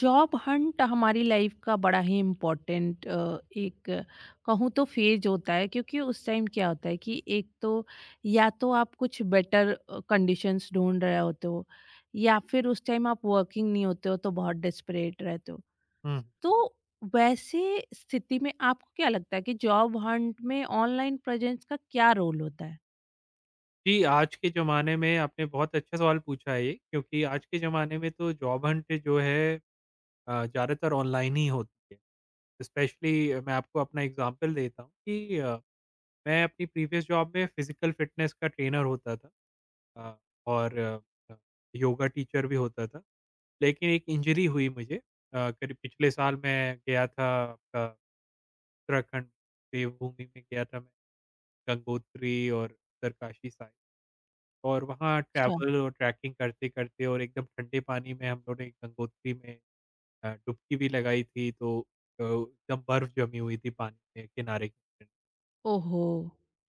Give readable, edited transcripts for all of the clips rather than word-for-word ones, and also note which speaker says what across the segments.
Speaker 1: Job Hunt हमारी life का बड़ा ही इम्पोर्टेंट एक कहूँ तो फेज होता है क्योंकि उस टाइम क्या होता है कि एक तो या तो आप कुछ बेटर कंडीशंस ढूंढ रहे होते हो या फिर उस टाइम आप वर्किंग नहीं होते हो तो बहुत डेस्परेट रहते हो।
Speaker 2: हुँ।
Speaker 1: तो वैसे स्थिति में आपको क्या लगता है कि जॉब हंट में ऑनलाइन प्रेजेंस का क्या रोल होता है?
Speaker 2: जी, आज के ज़माने में आपने बहुत अच्छा सवाल पूछा है ये, क्योंकि आज के ज़माने में तो जॉब हंट जो है ज़्यादातर ऑनलाइन ही होती है। स्पेशली मैं आपको अपना एग्ज़ाम्पल देता हूँ कि मैं अपनी प्रीवियस जॉब में फ़िज़िकल फ़िटनेस का ट्रेनर होता था अ, और योगा टीचर भी होता था। लेकिन एक इंजरी हुई मुझे, करीब पिछले साल मैं गया था आपका उत्तराखंड, देवभूमि में गया था मैं, गंगोत्री और उत्तरकाशी साइड। और वहाँ
Speaker 1: अच्छा।
Speaker 2: ट्रैवल और ट्रैकिंग करते-करते और एकदम ठंडे पानी में हम लोगों ने गंगोत्री में डुबकी भी लगाई थी, तो एकदम बर्फ जमी हुई थी पानी के किनारे।
Speaker 1: ओहो।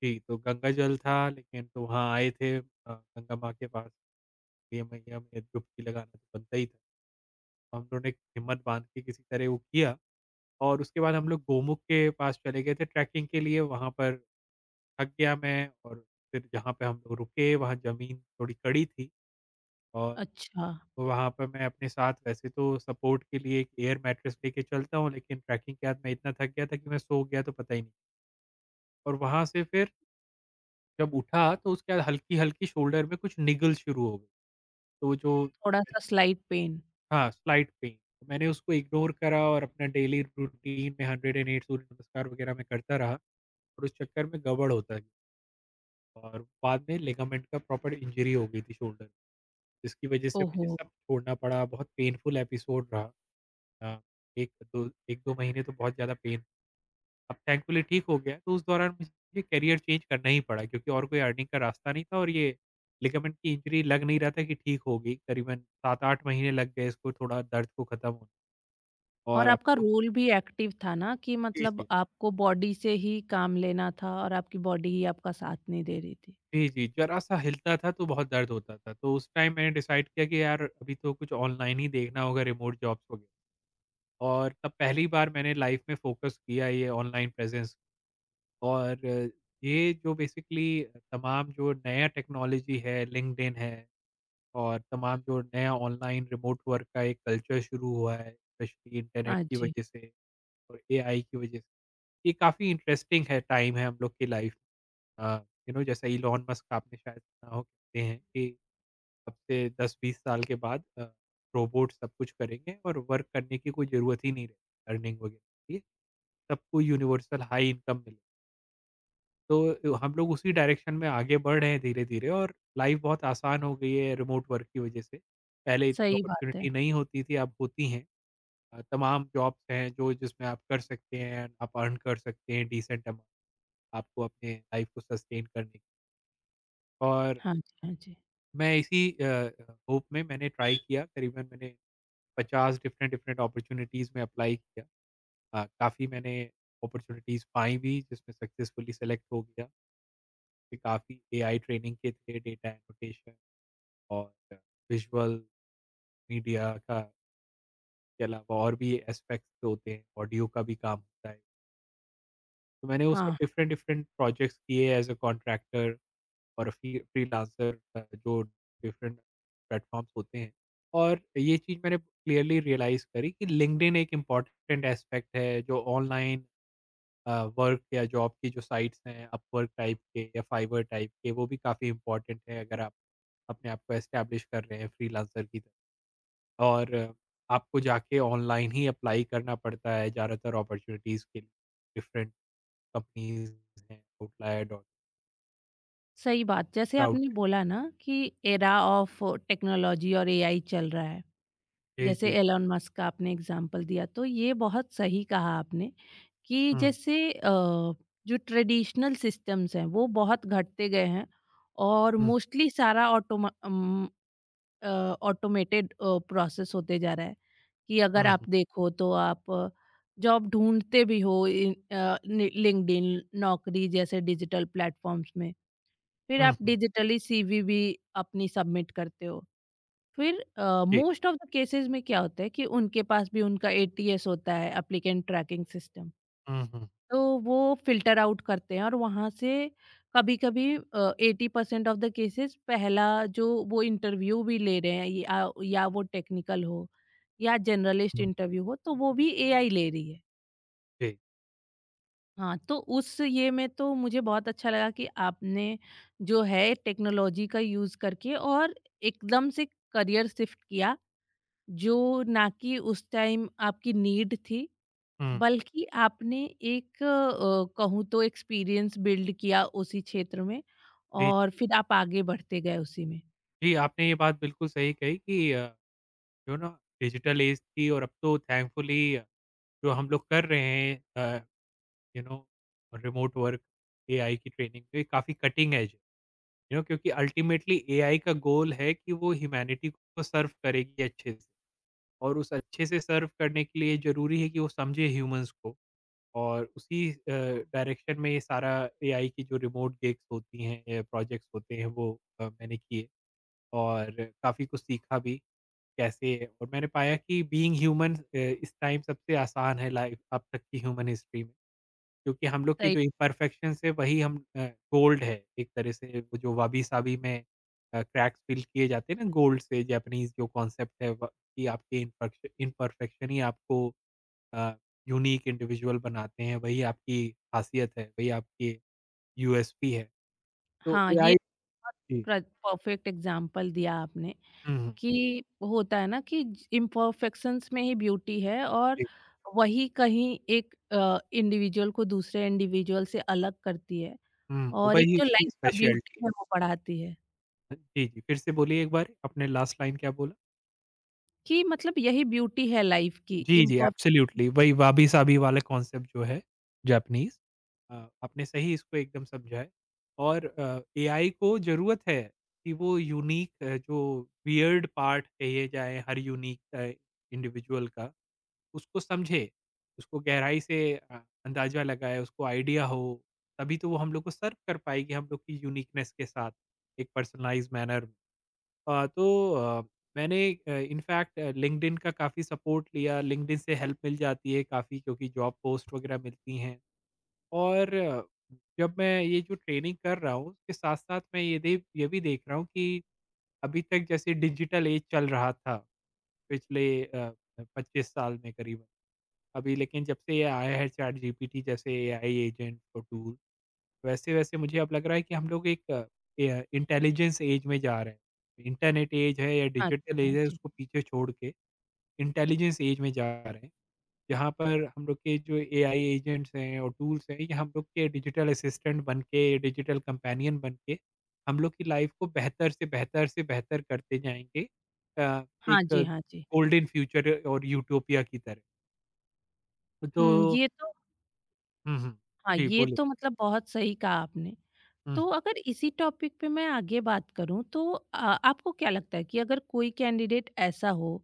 Speaker 2: जी, तो गंगा जल था, लेकिन तो वहाँ आए थे गंगा माँ के पास, ये मैया में डुबकी लगाना तो बनता ही था। हम लोगों ने हिम्मत बाँध के किसी तरह वो किया और उसके बाद हम लोग गोमुख के पास चले गए थे ट्रैकिंग के लिए, वहाँ पर थक गया मैं, और फिर जहाँ पे हम लोग रुके वहाँ ज़मीन थोड़ी कड़ी थी और
Speaker 1: अच्छा,
Speaker 2: तो वहाँ पे मैं अपने साथ वैसे तो सपोर्ट के लिए एक एयर मैट्रेस लेके चलता हूँ, लेकिन ट्रैकिंग के बाद मैं इतना थक गया था कि मैं सो गया तो पता ही नहीं। और वहाँ से फिर जब उठा तो उसके बाद हल्की-हल्की शोल्डर में कुछ निगल शुरू हो गई। तो जो
Speaker 1: थोड़ा सा स्लाइट पेन।
Speaker 2: हाँ, स्लाइट पेन। तो मैंने उसको इग्नोर करा और अपना डेली रूटीन में 108 सूर्य नमस्कार वगैरह मैं करता रहा, और उस चक्कर में गड़बड़ होता गया, और बाद में लिगामेंट का प्रॉपर इंजरी हो गई थी शोल्डर, जिसकी वजह से मुझे
Speaker 1: ओहो।
Speaker 2: सब छोड़ना पड़ा, बहुत पेनफुल एपिसोड रहा। अ, 1-2 महीने तो बहुत ज़्यादा पेन, अब थैंकफुली ठीक हो गया, तो उस दौरान मुझे करियर चेंज करना ही पड़ा, क्योंकि और कोई अर्निंग का रास्ता नहीं था और ये लिगामेंट की इंजरी लग नहीं रहा था कि ठीक होगी, करीबन 7-8 महीने लग गए इसको, थोड़ा दर्द को खत्म होने,
Speaker 1: और
Speaker 2: और अब
Speaker 1: आपका
Speaker 2: तो
Speaker 1: रोल भी एक्टिव था ना कि
Speaker 2: जी,
Speaker 1: मतलब
Speaker 2: जी।
Speaker 1: आपको बॉडी से ही काम लेना था और आपकी बॉडी ही आपका साथ नहीं दे रही थी।
Speaker 2: जी, जी, ज़रा-सा हिलता था तो बहुत दर्द होता था, तो उस टाइम मैंने डिसाइड किया कि यार अभी तो कुछ ऑनलाइन ही देखना होगा, रिमोट जॉब्स वगैरह, और तब पहली बार मैंने लाइफ में फोकस किया ये ऑनलाइन प्रेज़ेंस, और ये जो बेसिकली तमाम जो नया टेक्नोलॉजी है, लिंक्डइन है, और तमाम जो नया ऑनलाइन रिमोट वर्क का एक कल्चर शुरू हुआ है, स्पेशली इंटरनेट
Speaker 1: हाँ
Speaker 2: की
Speaker 1: जी।
Speaker 2: वजह से और AI की वजह से, ये काफ़ी इंटरेस्टिंग है, टाइम है हम लोग की लाइफ। अ, यू नो जैसा इलॉन मस्क आपने शायद सुना हो, कहते हैं कि अब से 10-20 साल के बाद रोबोट सब कुछ करेंगे और वर्क करने की कोई ज़रूरत ही नहीं रहे अर्निंग वगैरह के लिए, सबको यूनिवर्सल हाई इनकम मिले। तो हम लोग उसी डायरेक्शन में आगे बढ़ रहे हैं धीरे-धीरे, और लाइफ़ बहुत आसान हो गई है रिमोट वर्क की वजह से। पहले इतनी
Speaker 1: सही बात है।
Speaker 2: अपॉर्च्युनिटी नहीं होती थी, अब होती हैं। तमाम जॉब्स हैं जो, जिसमें आप कर सकते हैं, आप अर्न कर सकते हैं डिसेंट अमाउंट, आपको अपने लाइफ़ को सस्टेन करने की। और
Speaker 1: हाँ जी, हाँ जी।
Speaker 2: मैं इसी होप में मैंने ट्राई किया, करीबन मैंने 50 डिफरेंट डिफरेंट अपॉर्च्युनिटीज़ में अप्लाई किया। काफ़ी मैंने अपॉर्च्युनिटीज़ पाई भी, जिसमें सक्सेसफुली सेलेक्ट हो गया। फिर काफ़ी AI ट्रेनिंग के थे, डेटा एनोटेशन और विज़ुअल मीडिया का, के अलावा और भी एस्पेक्ट्स होते हैं, ऑडियो का भी काम होता है। तो मैंने
Speaker 1: हाँ,
Speaker 2: उसमें
Speaker 1: हाँ,
Speaker 2: डिफ़रेंट-डिफ़रेंट प्रोजेक्ट्स किए एज़ अ कॉन्ट्रैक्टर और फ्रीलांसर, जो डिफ़रेंट प्लेटफ़ॉर्म्स होते हैं। और ये चीज़ मैंने क्लियरली रियलाइज़ करी कि लिंक्डइन एक इम्पोर्टेंट एस्पेक्ट है, जो ऑनलाइन वर्क या जॉब की जो साइट्स हैं, अपवर्क टाइप के या फाइवर टाइप के, वो भी काफ़ी इम्पोर्टेंट है, अगर आप अपने आप को एस्टैब्लिश कर रहे हैं फ्रीलांसर की तरह। और आपको जाके ऑनलाइन ही अप्लाई करना पड़ता है ज़्यादातर अपॉर्च्युनिटीज़ के लिए, डिफरेंट कंपनीज़ हैं, आउटलायर और
Speaker 1: सही बात। जैसे
Speaker 2: क्राउड।
Speaker 1: आपने बोला ना कि एरा ऑफ टेक्नोलॉजी और एआई चल रहा है।
Speaker 2: जी,
Speaker 1: जैसे
Speaker 2: जी।
Speaker 1: एलन मस्क का आपने एग्ज़ाम्पल दिया तो ये बहुत सही कहा आपने कि
Speaker 2: हुँ,
Speaker 1: जैसे जो ट्रेडिशनल सिस्टम्स हैं वो बहुत घटते गए हैं और
Speaker 2: हुँ,
Speaker 1: मोस्टली सारा ऑटोमा अम ऑटोमेटेड प्रोसेस होते जा रहा है। कि अगर
Speaker 2: हुँ, हुँ,
Speaker 1: आप देखो तो आप जॉब ढूंढते भी हो लिंक्डइन, नौकरी जैसे डिजिटल प्लेटफॉर्म्स में, फिर
Speaker 2: हुँ,
Speaker 1: आप
Speaker 2: हुँ,
Speaker 1: डिजिटली सीवी भी अपनी सबमिट करते हो। फिर
Speaker 2: जी,
Speaker 1: मोस्ट ऑफ द केसेस में क्या होता है कि उनके पास भी उनका एटीएस होता है, एप्लीकेंट ट्रैकिंग सिस्टम।
Speaker 2: हुँ, हुँ,
Speaker 1: तो वो फ़िल्टर आउट करते हैं और वहाँ से कभी-कभी 80% ऑफ द केसेस पहला जो वो इंटरव्यू भी ले रहे हैं, या वो टेक्निकल हो या जनरलिस्ट
Speaker 2: हुँ,
Speaker 1: इंटरव्यू हो, तो वो भी एआई ले रही है।
Speaker 2: जी,
Speaker 1: हाँ, तो उस ये में तो मुझे बहुत अच्छा लगा कि आपने जो है टेक्नोलॉजी का यूज़ करके और एकदम से करियर शिफ्ट किया जो ना कि उस टाइम आपकी नीड थी।
Speaker 2: हुँ,
Speaker 1: बल्कि आपने एक कहूँ तो एक्सपीरियंस बिल्ड किया उसी क्षेत्र में
Speaker 2: जी,
Speaker 1: और फिर आप आगे बढ़ते गए उसी में।
Speaker 2: जी, आपने ये बात बिल्कुल सही कही कि जो ना डिजिटल एज थी, और अब तो थैंकफुली जो हम लोग कर रहे हैं, you know remote work, AI की ट्रेनिंग, तो ये काफ़ी कटिंग एज है। यू नो, क्योंकि अल्टीमेटली AI का गोल है कि वो ह्यूमैनिटी को सर्व करेगी अच्छे से, और उस अच्छे से सर्व करने के लिए ज़रूरी है कि वो समझे ह्यूमंस को, और उसी डायरेक्शन में ये सारा AI की जो रिमोट गिग्स होती हैं, प्रोजेक्ट्स होते हैं, वो मैंने किए, और काफ़ी कुछ सीखा भी कैसे। और मैंने पाया कि बीइंग ह्यूमन, इस टाइम सबसे आसान है लाइफ अब तक की ह्यूमन हिस्ट्री में। क्योंकि हम लोग के
Speaker 1: सही।
Speaker 2: जो इम्परफेक्शंस है, वही हम गोल्ड है एक तरह से, वो जो वाबी-साबी में क्रैक्स फ़िल किए जाते हैं ना गोल्ड से, जैपनीज़ जो कॉन्सेप्ट है व, कि आपके इम्परक्श इम्परफेक्शन ही आपको अ, यूनीक इंडिविजुअल बनाते हैं, वही आपकी ख़ासियत है, वही आपकी USP है। तो
Speaker 1: हाँ,
Speaker 2: AI।
Speaker 1: ये
Speaker 2: जी।
Speaker 1: बहुत परफेक्ट एग्ज़ाम्पल दिया आपने
Speaker 2: हुँ, हुँ।
Speaker 1: कि होता है ना कि इम्परफेक्शंस में ही ब्यूटी है और
Speaker 2: जी।
Speaker 1: वही कहीं एक इंडिविजुअल को दूसरे इंडिविजुअल से अलग करती है
Speaker 2: हुँ,
Speaker 1: और एक
Speaker 2: वही
Speaker 1: जो
Speaker 2: उसकी
Speaker 1: लाइफ का ब्यूटी
Speaker 2: स्पेशलिटी है।
Speaker 1: है वो बढ़ाती है।
Speaker 2: जी, जी, फिर से बोलिए एक बार अपने, लास्ट लाइन क्या बोला?
Speaker 1: कि मतलब यही ब्यूटी है लाइफ की
Speaker 2: जी, जी,
Speaker 1: इम्परफेक्शन
Speaker 2: एब्सोल्यूटली
Speaker 1: से।
Speaker 2: वही वाबी-साबी वाला कॉन्सेप्ट जो है, जापानीज़। अ, आपने सही इसको एकदम समझा है, और AI को ज़रूरत है कि वो यूनिक, जो वियर्ड पार्ट कहे जाए हर यूनिक इंडिविजुअल का, उसको समझे, उसको गहराई से अंदाज़ा लगाए, उसको आइडिया हो, तभी तो वो हम लोग को सर्व कर पाएगी हम लोग की यूनिकनेस के साथ, एक पर्सनलाइज़्ड मैनर में। अ, तो अ, मैंने इनफैक्ट लिंक्डइन का काफ़ी सपोर्ट लिया, लिंक्डइन से हेल्प मिल जाती है काफ़ी, क्योंकि जॉब पोस्ट वगैरह मिलती हैं। और जब मैं ये जो ट्रेनिंग कर रहा हूँ, उसके साथ-साथ मैं ये भी देख रहा हूँ कि अभी तक जैसे डिजिटल एज चल रहा था पिछले 25 साल में करीबन। अभी लेकिन जब से ये आया है चैट GPT जैसे AI एजेंट और टूल्स, वैसे-वैसे मुझे अब लग रहा है कि हम लोग एक अ, ए इंटेलिजेंस एज में जा रहे हैं। इंटरनेट एज है या
Speaker 1: हाँ
Speaker 2: डिजिटल
Speaker 1: जी, हाँ
Speaker 2: एज है,
Speaker 1: जी।
Speaker 2: उसको पीछे छोड़ के इंटेलिजेंस एज में जा रहे हैं। जहाँ पर हम लोग के जो AI एजेंट्स हैं और टूल्स हैं, ये हम लोग के डिजिटल असिस्टेंट बन के, डिजिटल कंपेनियन बन के हम लोग की लाइफ को बेहतर से बेहतर से बेहतर करते जाएँगे।
Speaker 1: हाँ
Speaker 2: एक
Speaker 1: जी, हाँ जी।
Speaker 2: गोल्डन फ्यूचर और यूटोपिया की तरह। तो
Speaker 1: हुँ, ये तो।
Speaker 2: हुँ, हुँ।
Speaker 1: हाँ,
Speaker 2: जी,
Speaker 1: ये
Speaker 2: बोलिए।
Speaker 1: तो मतलब बहुत सही कहा आपने।
Speaker 2: हुँ, हुँ।
Speaker 1: तो अगर इसी टॉपिक पे मैं आगे बात करूँ तो आपको क्या लगता है कि अगर कोई कैंडिडेट ऐसा हो,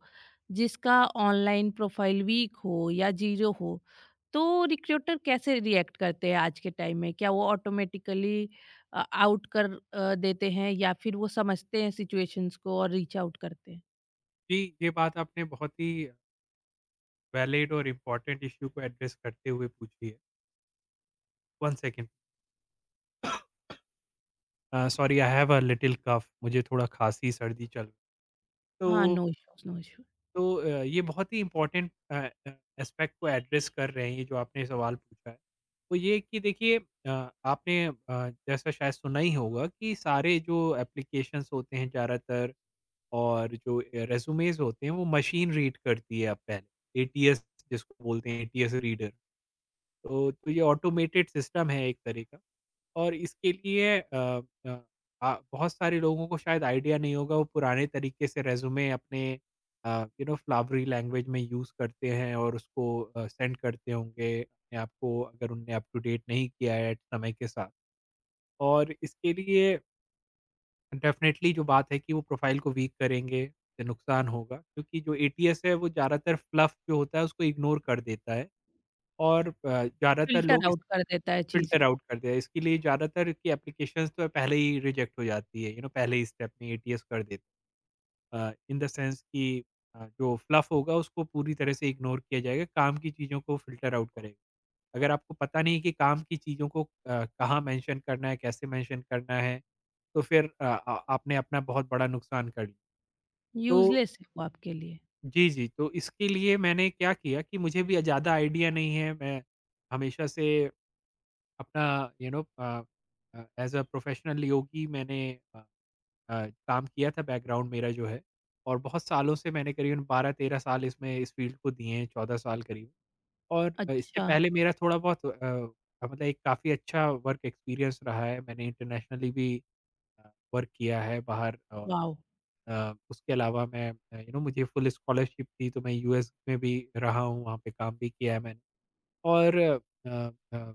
Speaker 1: जिसका ऑनलाइन प्रोफाइल वीक हो या ज़ीरो हो, तो रिक्रूटर कैसे रिएक्ट करते हैं आज के टाइम में? क्या वो ऑटोमेटिकली आउट कर देते हैं या फिर वो समझते हैं सिचुएशंस को और रीच आउट करते हैं?
Speaker 2: जी, ये बात आपने बहुत ही वैलिड और इम्पोर्टेंट इश्यू को एड्रेस करते हुए पूछिए। "1 second, sorry I have a little cough", मुझे थोड़ा खाँसी, सर्दी चल रही। तो
Speaker 1: हाँ, नो इश्यूज़, नो इश्यूज़।
Speaker 2: ये बहुत ही इम्पोर्टेंट अ, एस्पेक्ट को एड्रेस कर रहे हैं, ये जो आपने सवाल पूछा है। तो ये कि देखिए, आपने जैसा शायद सुना ही होगा, कि सारे जो एप्लीकेशंस होते हैं ज़्यादातर, और जो रेज़्यूमेज़ होते हैं, वो मशीन रीड करती है अब पहले। ATS, जिसको बोलते हैं ATS रीडर। ये ऑटोमेटेड सिस्टम है एक तरह का। और इसके लिए अ अ, आ बहुत सारे लोगों को शायद आइडिया नहीं होगा, वो पुराने तरीके से रेज़्यूमे अपने यू नो फ्लावरी लैंग्वेज में यूज़ करते हैं, और उसको सेंड करते होंगे अपने आप को, अगर उनने अप टू डेट नहीं किया है समय के साथ। और इसके लिए डेफ़िनेटली जो बात है कि वो प्रोफ़ाइल को वीक करेंगे, तो नुकसान होगा, क्योंकि जो ATS है वो ज़्यादातर फ्लफ़ जो होता है उसको इग्नोर कर देता है, और ज़्यादातर
Speaker 1: फ़िल्टर
Speaker 2: लोग
Speaker 1: आउट कर देता है
Speaker 2: फ़िल्टर
Speaker 1: चीज़ें।
Speaker 2: आउट कर दिया, इसके लिए ज़्यादातर की एप्लीकेशंस तो पहले ही रिजेक्ट हो जाती है, यू नो, पहले ही स्टेप में ATS कर देते, इन द सेंस कि जो फ्लफ़ होगा उसको पूरी तरह से इग्नोर किया जाएगा, काम की चीज़ों को फ़िल्टर आउट करेगा। अगर आपको पता नहीं कि काम की चीज़ों को कहाँ मेंशन करना है, कैसे मेंशन करना है, तो फिर अ, आ आपने अपना बहुत बड़ा नुकसान कर लिया। तो
Speaker 1: यूज़लेस है वो आपके लिए।
Speaker 2: जी, जी, तो इसके लिए मैंने क्या किया कि मुझे भी ज़्यादा आइडिया नहीं है, मैं हमेशा से अपना, you know, as a professional yogi, मैंने अ, काम किया था, बैकग्राउंड मेरा जो है, और बहुत सालों से मैंने करीबन 12-13 साल इसमें इस फील्ड को दिए हैं, 14 साल करीब, और इससे
Speaker 1: अच्छा।
Speaker 2: पहले मेरा थोड़ा बहुत मतलब एक काफ़ी अच्छा वर्क एक्सपीरियंस रहा है, मैंने इंटरनेशनली भी वर्क किया है बाहर, और
Speaker 1: वॉव!
Speaker 2: उसके अलावा मैं, यू नो, मुझे फुल स्कॉलरशिप थी, तो मैं US में भी रहा हूँ, वहाँ पे काम भी किया है मैंने, और अ, अ,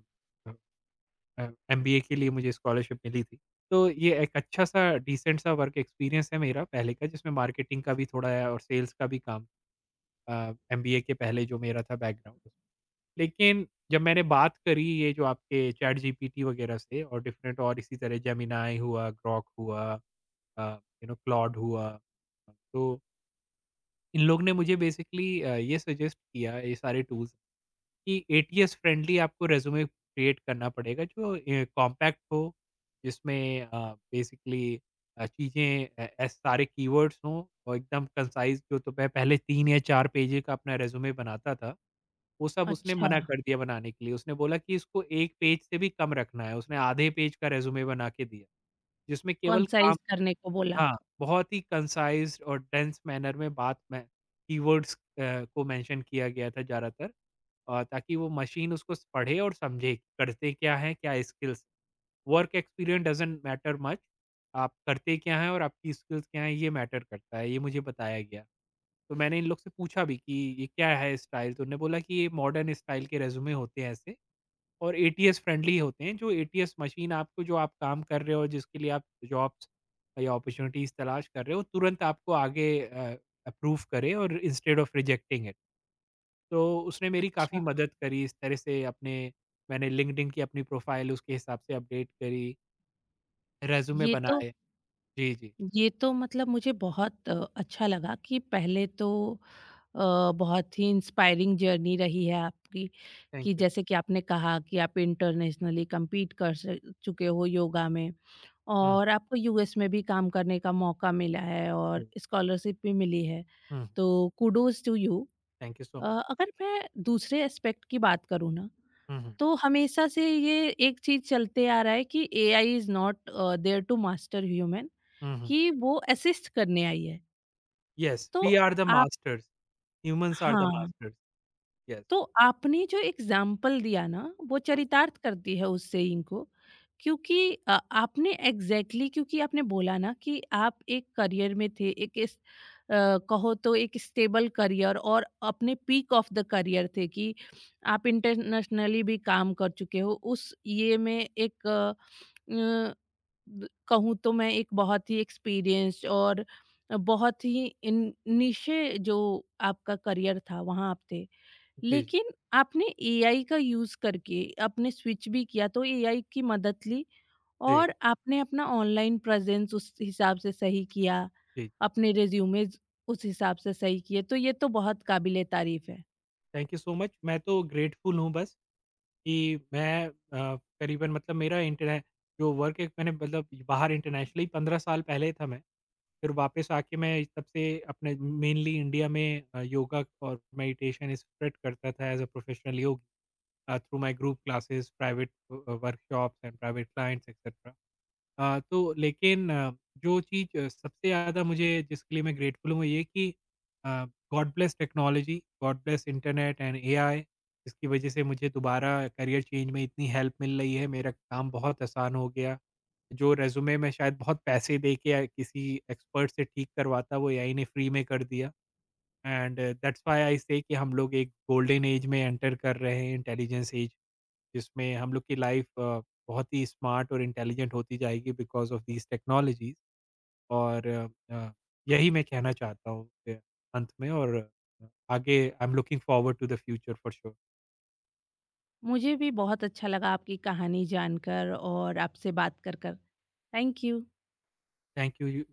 Speaker 2: अ, MBA के लिए मुझे स्कॉलरशिप मिली थी। तो ये एक अच्छा-सा डिसेंट सा वर्क एक्सपीरियंस है मेरा पहले का, जिसमें मार्केटिंग का भी थोड़ा है और सेल्स का भी काम, एमबीए के पहले जो मेरा था बैकग्राउंड। लेकिन जब मैंने बात करी ये जो आपके ChatGPT वगैरह से, और डिफरेंट और इसी तरह जेमिनाई हुआ, ग्रॉक हुआ, अ, यू नो क्लॉड हुआ, तो इन लोग ने मुझे बेसिकली ये सजेस्ट किया ये सारे टूल्स, कि ATS फ्रेंडली आपको रिज्यूमे क्रिएट करना पड़ेगा जो कॉम्पैक्ट हो, जिसमें बेसिकली चीज़ें अ, ए सारे कीवर्ड्स हों और एकदम कंसाइज़ जो, तो मैं पहले 3 या 4 पेज का अपना रिज्यूमे बनाता था, वो सब उसने
Speaker 1: अच्छा,
Speaker 2: मना कर दिया बनाने के लिए। उसने बोला कि इसको 1 पेज से भी कम रखना है, उसने आधे पेज का रिज्यूमे बना के दिया, जिसमें केवल काम।
Speaker 1: कंसाइज़ करने को बोला।
Speaker 2: हाँ, बहुत ही कंसाइज़ और डेन्स मैनर में बात में कीवर्ड्स को मेंशन किया गया था ज़्यादातर, ताकि वो मशीन उसको स पढ़े और समझे, कि करते क्या हैं, क्या skills. Work experience doesn't matter much, आप करते क्या हैं और आपकी स्किल्स क्या हैं, ये मैटर करता है, ये मुझे बताया गया। तो मैंने इन लोग से पूछा भी कि, "ये क्या है स्टाइल?" तो उन्होंने बोला कि, "ये मॉडर्न स्टाइल के रिज़्यूमे होते हैं ऐसे, और ATS फ्रेंडली होते हैं, जो ATS मशीन आपको, जो आप काम कर रहे हो जिसके लिए आप जॉब्स या अपॉर्चुनिटीज तलाश कर रहे हो, तुरंत आपको आगे अप्रूव करे, और इंस्टेड ऑफ रिजेक्टिंग इट।" तो उसने मेरी काफ़ी
Speaker 1: अच्छा,
Speaker 2: मदद करी इस तरह से अपने। मैंने लिंक्डइन की अपनी प्रोफाइल उसके हिसाब से अपडेट करी, रेज्यूमे
Speaker 1: ये तो।
Speaker 2: बनाए। जी, जी।
Speaker 1: ये तो मतलब मुझे बहुत अच्छा लगा कि पहले तो बहुत ही इंस्पायरिंग जर्नी रही है आपकी, कि
Speaker 2: थैंक यू।
Speaker 1: जैसे कि आपने कहा कि आप इंटरनेशनली कम्पीट कर स चुके हो योगा में और आपको यूएस में भी काम करने का मौका मिला है और स्कॉलरशिप भी मिली है, तो kudos to you.
Speaker 2: Thank you so
Speaker 1: अगर मैं दूसरे एस्पेक्ट की बात करूँ ना,
Speaker 2: मच।
Speaker 1: तो हमेशा से ये एक चीज चलते आ रहा है कि AI is not there to master human, कि वो असिस्ट करने आई है।
Speaker 2: यस,
Speaker 1: तो
Speaker 2: वी आर द
Speaker 1: आप
Speaker 2: मास्टर्स। ह्यूमंस आर द
Speaker 1: हाँ।
Speaker 2: मास्टर्स। यस।
Speaker 1: तो आपने जो एग्जाम्पल दिया ना वो चरितार्थ करती है उस सेइंग को, क्योंकि आपने क्योंकि आपने बोला ना कि आप एक करियर में थे, कहो तो एक स्टेबल करियर और अपने पीक ऑफ द करियर थे कि आप इंटरनेशनली भी काम कर चुके हो उस ये में एक अ, कहूँ तो मैं एक बहुत ही एक्सपीरियंस्ड और बहुत ही निशे जो आपका करियर था वहाँ आप थे,
Speaker 2: जी, जी।
Speaker 1: लेकिन आपने एआई का यूज़ करके आपने स्विच भी किया, तो एआई की मदद ली
Speaker 2: जी,
Speaker 1: और आपने अपना ऑनलाइन प्रेजेंस उस हिसाब से सही किया,
Speaker 2: जी।
Speaker 1: अपने रिज्यूमेज़ उस हिसाब से सही किए, तो ये तो बहुत काबिल तारीफ़ है।
Speaker 2: Thank you so much. मैं तो ग्रेटफुल हूँ बस कि मैं करीबन, मतलब मेरा इंटरने जो वर्क है मैंने, मतलब बाहर इंटरनेशनली 15 साल पहले था मैं। फिर वापस आके मैं, तब से अपने मेनली इंडिया में योगा और मेडिटेशन स्प्रेड करता था as a professional through my group classes, private workshops and private clients etcetera. लेकिन जो चीज़ सबसे ज़्यादा मुझे जिसके लिए मैं ग्रेटफुल हूँ वो ये कि uh, God bless technology, God bless internet and AI, जिसकी वज़ह से मुझे दोबारा करियर चेंज में इतनी हेल्प मिल रही है, मेरा काम बहुत आसान हो गया। जो रेज़्यूमे में शायद बहुत पैसे दे के, या किसी एक्सपर्ट से ठीक करवाता, वो AI ने फ्री में कर दिया। एंड दैट्स व्हाई आई से कि हम लोग एक गोल्डन एज में एंटर कर रहे हैं, इंटेलिजेंस एज, जिसमें हम लोग की लाइफ बहुत ही स्मार्ट और इंटेलिजेंट होती जाएगी, बिकॉज ऑफ दीज टेक्नोलॉजीज, और अ, यही मैं कहना चाहता हूँ अंत में, और अ, आगे I am looking forward to the future for sure.
Speaker 1: मुझे भी बहुत अच्छा लगा आपकी कहानी जानकर और आपसे बात कर कर। Thank you.
Speaker 2: Thank you.